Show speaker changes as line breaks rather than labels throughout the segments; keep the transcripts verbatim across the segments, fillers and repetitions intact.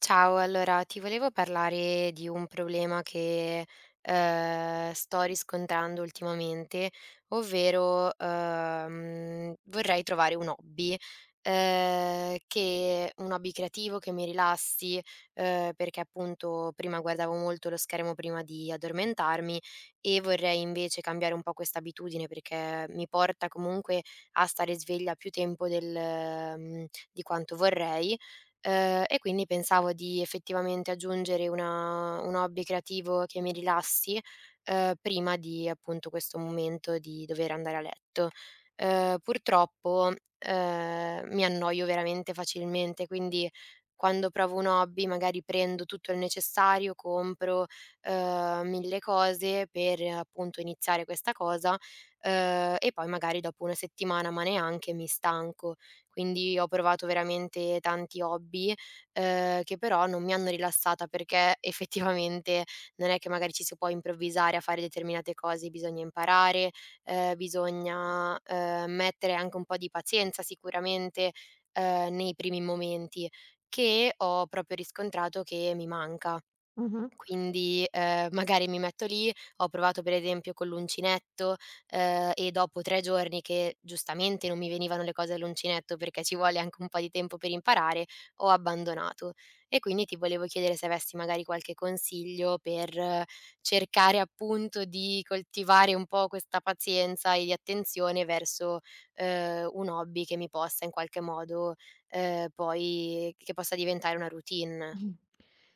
Ciao, allora ti volevo parlare di un problema che, ehm, sto riscontrando ultimamente, ovvero, ehm, vorrei trovare un hobby, ehm, che un hobby creativo che mi rilassi, ehm, perché appunto prima guardavo molto lo schermo prima di addormentarmi e vorrei invece cambiare un po' questa abitudine perché mi porta comunque a stare sveglia più tempo del mhmm, di quanto vorrei. Ehm, e quindi pensavo di effettivamente aggiungere una un hobby creativo che mi rilassi, ehm, prima di appunto questo momento di dover andare a letto. Ehm, purtroppo, ehm, mi annoio veramente facilmente, quindi quando provo un hobby magari prendo tutto il necessario, compro, ehm, mille cose per eh, appunto iniziare questa cosa, ehm, e poi magari dopo una settimana, ma neanche, mi stanco. Quindi ho provato veramente tanti hobby, ehm, che però non mi hanno rilassata perché effettivamente non è che magari ci si può improvvisare a fare determinate cose, bisogna imparare, ehm, bisogna, ehm, mettere anche un po' di pazienza sicuramente, ehm, nei primi momenti, che ho proprio riscontrato che mi manca.
Mh-mh.
Quindi, ehm, magari mi metto lì, ho provato per esempio con l'uncinetto, ehm, e dopo tre giorni che giustamente non mi venivano le cose all'uncinetto, perché ci vuole anche un po' di tempo per imparare, ho abbandonato. E quindi ti volevo chiedere se avessi magari qualche consiglio per eh, cercare appunto di coltivare un po' questa pazienza e di attenzione verso, ehm, un hobby che mi possa in qualche modo, ehm, poi che possa diventare una routine.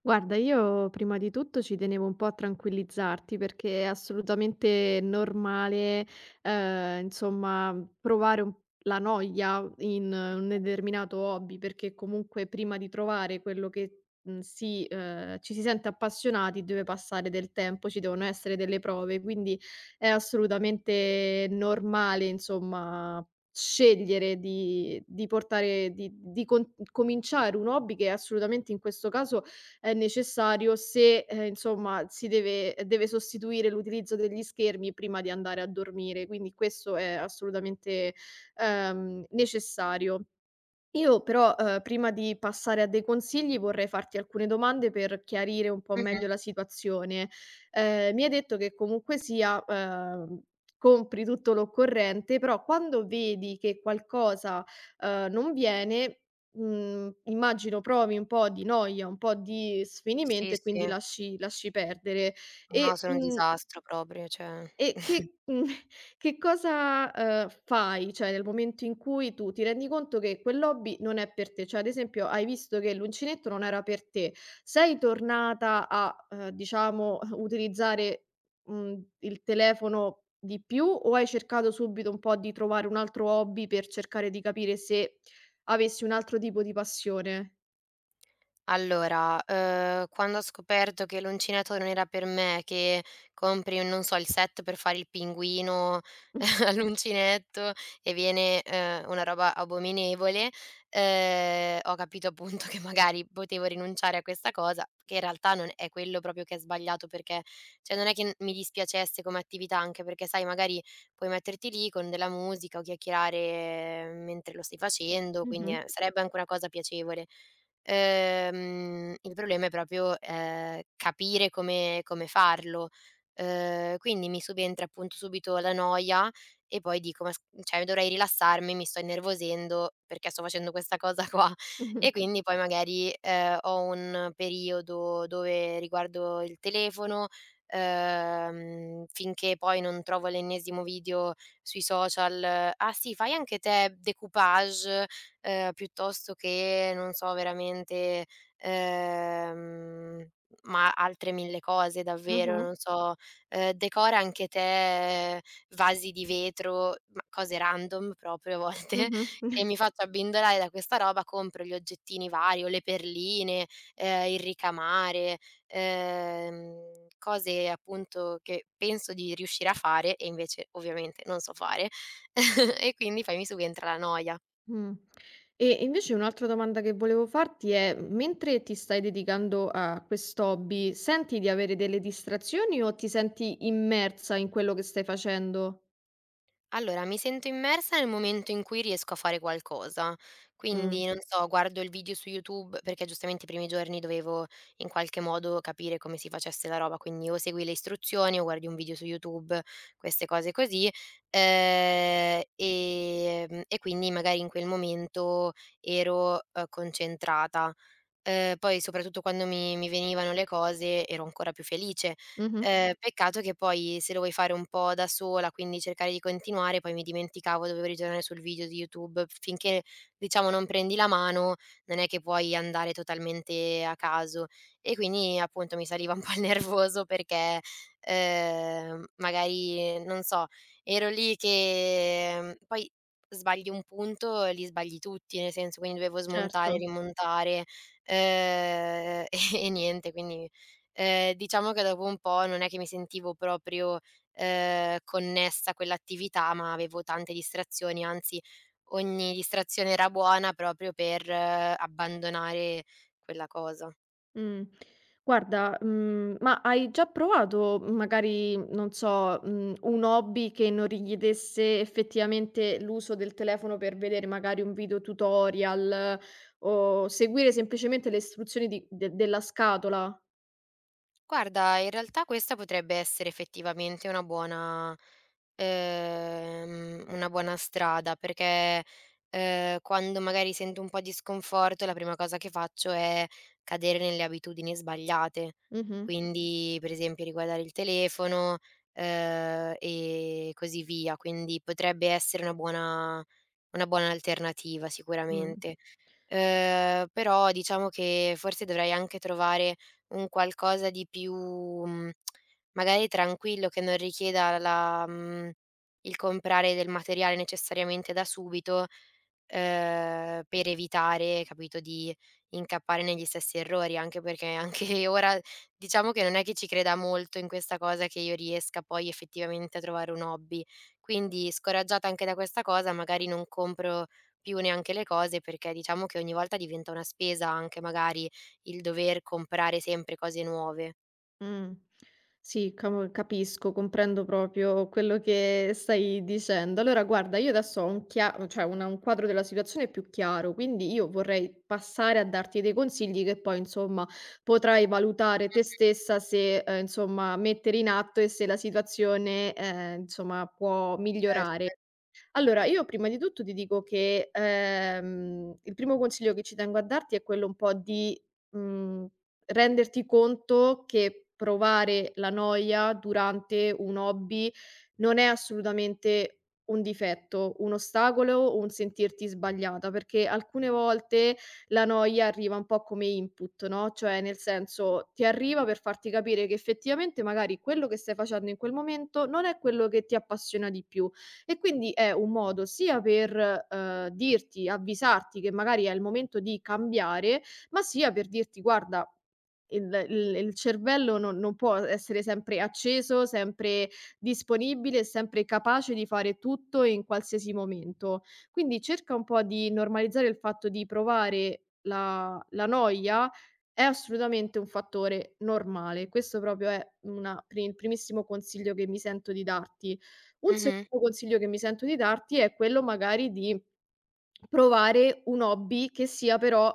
Guarda, io prima di tutto ci tenevo un po' a tranquillizzarti perché è assolutamente normale, ehm, insomma, provare un la noia in eh, un determinato hobby, perché comunque prima di trovare quello che, mhmm, si ehm, ci si sente appassionati deve passare del tempo, ci devono essere delle prove, quindi è assolutamente normale, insomma. Scegliere di di portare di di con Cominciare un hobby che assolutamente in questo caso è necessario se, ehm, insomma si deve deve sostituire l'utilizzo degli schermi prima di andare a dormire, quindi questo è assolutamente, ehm, necessario. Io però, uhm, prima di passare a dei consigli vorrei farti alcune domande per chiarire un po'
Mh-mh.
meglio la situazione. Ehm, mi hai detto che comunque sia, uhm, compri tutto l'occorrente, però quando vedi che qualcosa, uhm, non viene, mhmm, immagino provi un po' di noia, un po' di
Sì,
sfinimento e
sì.
quindi lasci lasci perdere.
No,
E,
sono un
mhmm
disastro proprio, cioè.
e che mhmm, che cosa, uhm, fai? Cioè, nel momento in cui tu ti rendi conto che quell'hobby non è per te, cioè ad esempio hai visto che l'uncinetto non era per te, sei tornata a, uhm, diciamo utilizzare, mhmm, il telefono di più o hai cercato subito un po' di trovare un altro hobby per cercare di capire se avessi un altro tipo di passione?
Allora, uhm, quando ho scoperto che l'uncinetto non era per me, che compri un, non so, il set per fare il pinguino
Mh.
all'uncinetto e viene, uhm, una roba abominevole, uhm, ho capito appunto che magari potevo rinunciare a questa cosa, che in realtà non è quello proprio che è sbagliato perché cioè non è che n mi dispiacesse come attività, anche perché sai magari puoi metterti lì con della musica o chiacchierare uhm, mentre lo stai facendo, quindi,
Mh-mh.
ehm, sarebbe anche una cosa piacevole. Ehm, il problema è proprio, ehm, capire come come farlo. Ehm, quindi mi subentra appunto subito la noia e poi dico: "Ma s cioè dovrei rilassarmi, mi sto innervosendo perché sto facendo questa cosa qua".
Mh-mh.
E quindi poi magari, ehm, ho un periodo dove riguardo il telefono, ehm, finché poi non trovo l'ennesimo video sui social: "Ah sì, fai anche te decoupage?" ehm, piuttosto che, non so, veramente, ehm, ma altre mille cose davvero,
Mh-mh.
non so, ehm, decora anche te vasi di vetro, ma cose random proprio a volte, e
Mh-mh.
mi faccio abbindolare da questa roba, compro gli oggettini vari o le perline, ehm, il ricamare, ehm, cose appunto che penso di riuscire a fare e invece ovviamente non so fare e quindi poi mi subentra la noia.
Mh. E invece un'altra domanda che volevo farti è: mentre ti stai dedicando a quest'hobby, senti di avere delle distrazioni o ti senti immersa in quello che stai facendo?
Allora, mi sento immersa nel momento in cui riesco a fare qualcosa.
Mh.
Quindi, non so, guardo il video su YouTube perché giustamente i primi giorni dovevo in qualche modo capire come si facesse la roba, quindi o segui le istruzioni o guardi un video su YouTube, queste cose così. Ehm, ehm, e quindi magari in quel momento ero, uhm, concentrata. Ehm, poi soprattutto quando mi mi venivano le cose ero ancora più felice.
Mh-mh.
Ehm, peccato che poi se lo vuoi fare un po' da sola, quindi cercare di continuare, poi mi dimenticavo, dovevo ritornare sul video di YouTube. Finché, diciamo, non prendi la mano, non è che puoi andare totalmente a caso. E quindi, appunto, mi saliva un po' il nervoso perché, ehm, magari, non so, ero lì che mhmm, poi sbagli un punto e li sbagli tutti, nel senso, quindi dovevo
Certo.
smontare, rimontare. Ehm, e niente, quindi, ehm, diciamo che dopo un po' non è che mi sentivo proprio, ehm, connessa a quell'attività, ma avevo tante distrazioni, anzi ogni distrazione era buona proprio per eh, abbandonare quella cosa.
Mh. Guarda, mhmm, ma hai già provato magari, non so, mhmm, un hobby che non richiedesse effettivamente l'uso del telefono per vedere magari un video tutorial o seguire semplicemente le istruzioni di de della scatola?
Guarda, in realtà questa potrebbe essere effettivamente una buona ehm, una buona strada, perché, ehm, quando magari sento un po' di sconforto, la prima cosa che faccio è cadere nelle abitudini sbagliate.
Mh-mh.
Quindi, per esempio, riguardare il telefono, ehm, e così via. Quindi potrebbe essere una buona una buona alternativa
Mh.
sicuramente. Ehm, però diciamo che forse dovrei anche trovare un qualcosa di più, mhmm, magari tranquillo che non richieda la mhmm, il comprare del materiale necessariamente da subito, ehm, per evitare, capito, di incappare negli stessi errori, anche perché anche ora diciamo che non è che ci creda molto in questa cosa che io riesca poi effettivamente a trovare un hobby. Quindi, scoraggiata anche da questa cosa, magari non compro più neanche le cose, perché diciamo che ogni volta diventa una spesa anche magari il dover comprare sempre cose nuove.
Mh. Sì, camo capisco, comprendo proprio quello che stai dicendo. Allora guarda, io adesso ho un chia cioè una un quadro della situazione più chiaro, quindi io vorrei passare a darti dei consigli che poi, insomma, potrai valutare te stessa se, ehm, insomma, mettere in atto e se la situazione, ehm, insomma, può migliorare.
Certo.
Allora, io prima di tutto ti dico che, ehm, il primo consiglio che ci tengo a darti è quello un po' di, mhmm, renderti conto che provare la noia durante un hobby non è assolutamente un difetto, un ostacolo o un sentirti sbagliata, perché alcune volte la noia arriva un po' come input, no, cioè nel senso ti arriva per farti capire che effettivamente magari quello che stai facendo in quel momento non è quello che ti appassiona di più e quindi è un modo sia per, uhm, dirti, avvisarti che magari è il momento di cambiare, ma sia per dirti: "Guarda, il il il cervello non non può essere sempre acceso, sempre disponibile e sempre capace di fare tutto in qualsiasi momento". Quindi cerca un po' di normalizzare il fatto di provare la la noia è assolutamente un fattore normale. Questo proprio è una pri il primissimo consiglio che mi sento di darti. Un
Mh-mh.
secondo consiglio che mi sento di darti è quello magari di provare un hobby che sia però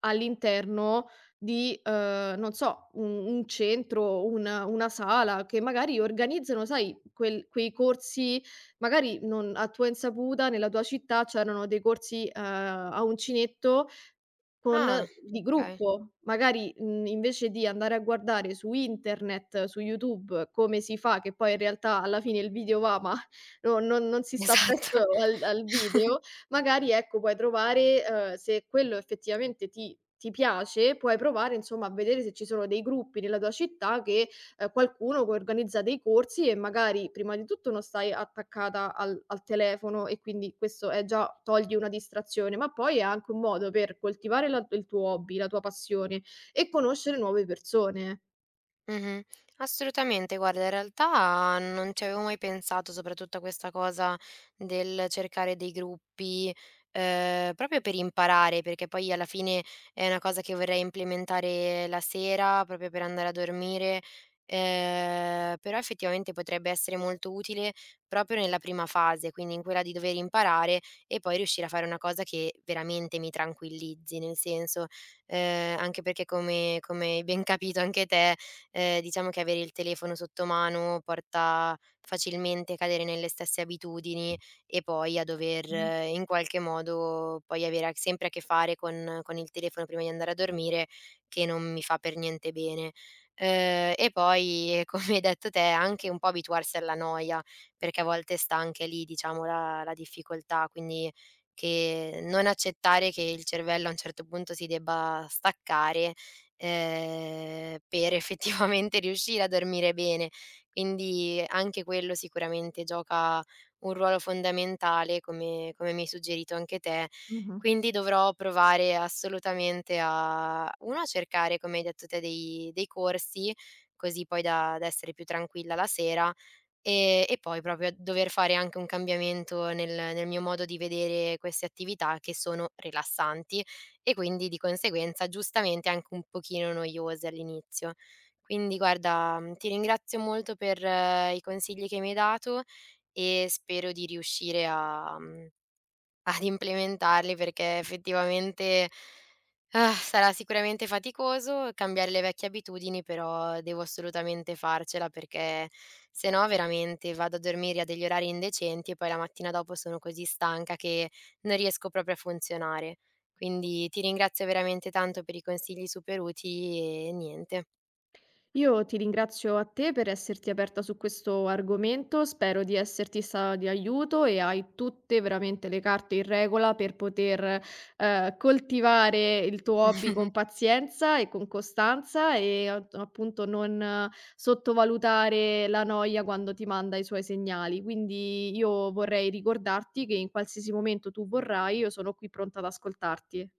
all'interno di, ehm, non so, un un centro, un una sala, che magari organizzano, sai, quel quei corsi magari non a tua insaputa, nella tua città c'erano dei corsi, ehm, a uncinetto con eh,
Ah,
di
okay.
gruppo, magari, mhmm, invece di andare a guardare su internet, su YouTube come si fa, che poi in realtà alla fine il video va, ma no non non si sta presto
Esatto.
al al video, magari ecco puoi trovare, uhm, se quello effettivamente ti ti piace, puoi provare insomma a vedere se ci sono dei gruppi nella tua città che ehm, qualcuno che organizza dei corsi e magari prima di tutto non stai attaccata al al telefono e quindi questo è già togli una distrazione, ma poi è anche un modo per coltivare la il tuo hobby, la tua passione e conoscere nuove persone.
Mh-mh. Assolutamente, guarda, in realtà non ci avevo mai pensato, soprattutto a questa cosa del cercare dei gruppi, ehm, proprio per imparare, perché poi alla fine è una cosa che vorrei implementare la sera, proprio per andare a dormire, ehm, però effettivamente potrebbe essere molto utile proprio nella prima fase, quindi in quella di dover imparare e poi riuscire a fare una cosa che veramente mi tranquillizzi, nel senso, ehm, anche perché come come hai ben capito anche te, ehm, diciamo che avere il telefono sotto mano porta facilmente a cadere nelle stesse abitudini e poi a dover
Mh,
eh, in qualche modo poi avere a sempre a che fare con con il telefono prima di andare a dormire, che non mi fa per niente bene. Ehm, e poi, eh, come hai detto te, anche un po' abituarsi alla noia, perché a volte sta anche lì, diciamo, la la difficoltà, quindi che non accettare che il cervello a un certo punto si debba staccare ehm, per effettivamente riuscire a dormire bene. Quindi anche quello sicuramente gioca un ruolo fondamentale, come come mi hai suggerito anche te.
mh-mh.
Quindi dovrò provare assolutamente a uno a cercare, come hai detto te, dei dei corsi, così poi da da essere più tranquilla la sera. Ehm, e poi proprio dover fare anche un cambiamento nel nel mio modo di vedere queste attività che sono rilassanti e quindi di conseguenza giustamente anche un pochino noiose all'inizio. Quindi guarda, mhmm, ti ringrazio molto per eh, i consigli che mi hai dato e spero di riuscire a mhmm ad implementarli perché effettivamente, ah, sarà sicuramente faticoso cambiare le vecchie abitudini, però devo assolutamente farcela perché se no veramente vado a dormire a degli orari indecenti e poi la mattina dopo sono così stanca che non riesco proprio a funzionare. Quindi ti ringrazio veramente tanto per i consigli super utili e niente.
Io ti ringrazio a te per esserti aperta su questo argomento, spero di esserti stata di aiuto e hai tutte veramente le carte in regola per poter, ehm, coltivare il tuo hobby con pazienza e con costanza e a appunto non eh, sottovalutare la noia quando ti manda i suoi segnali. Quindi io vorrei ricordarti che in qualsiasi momento tu vorrai, io sono qui pronta ad ascoltarti.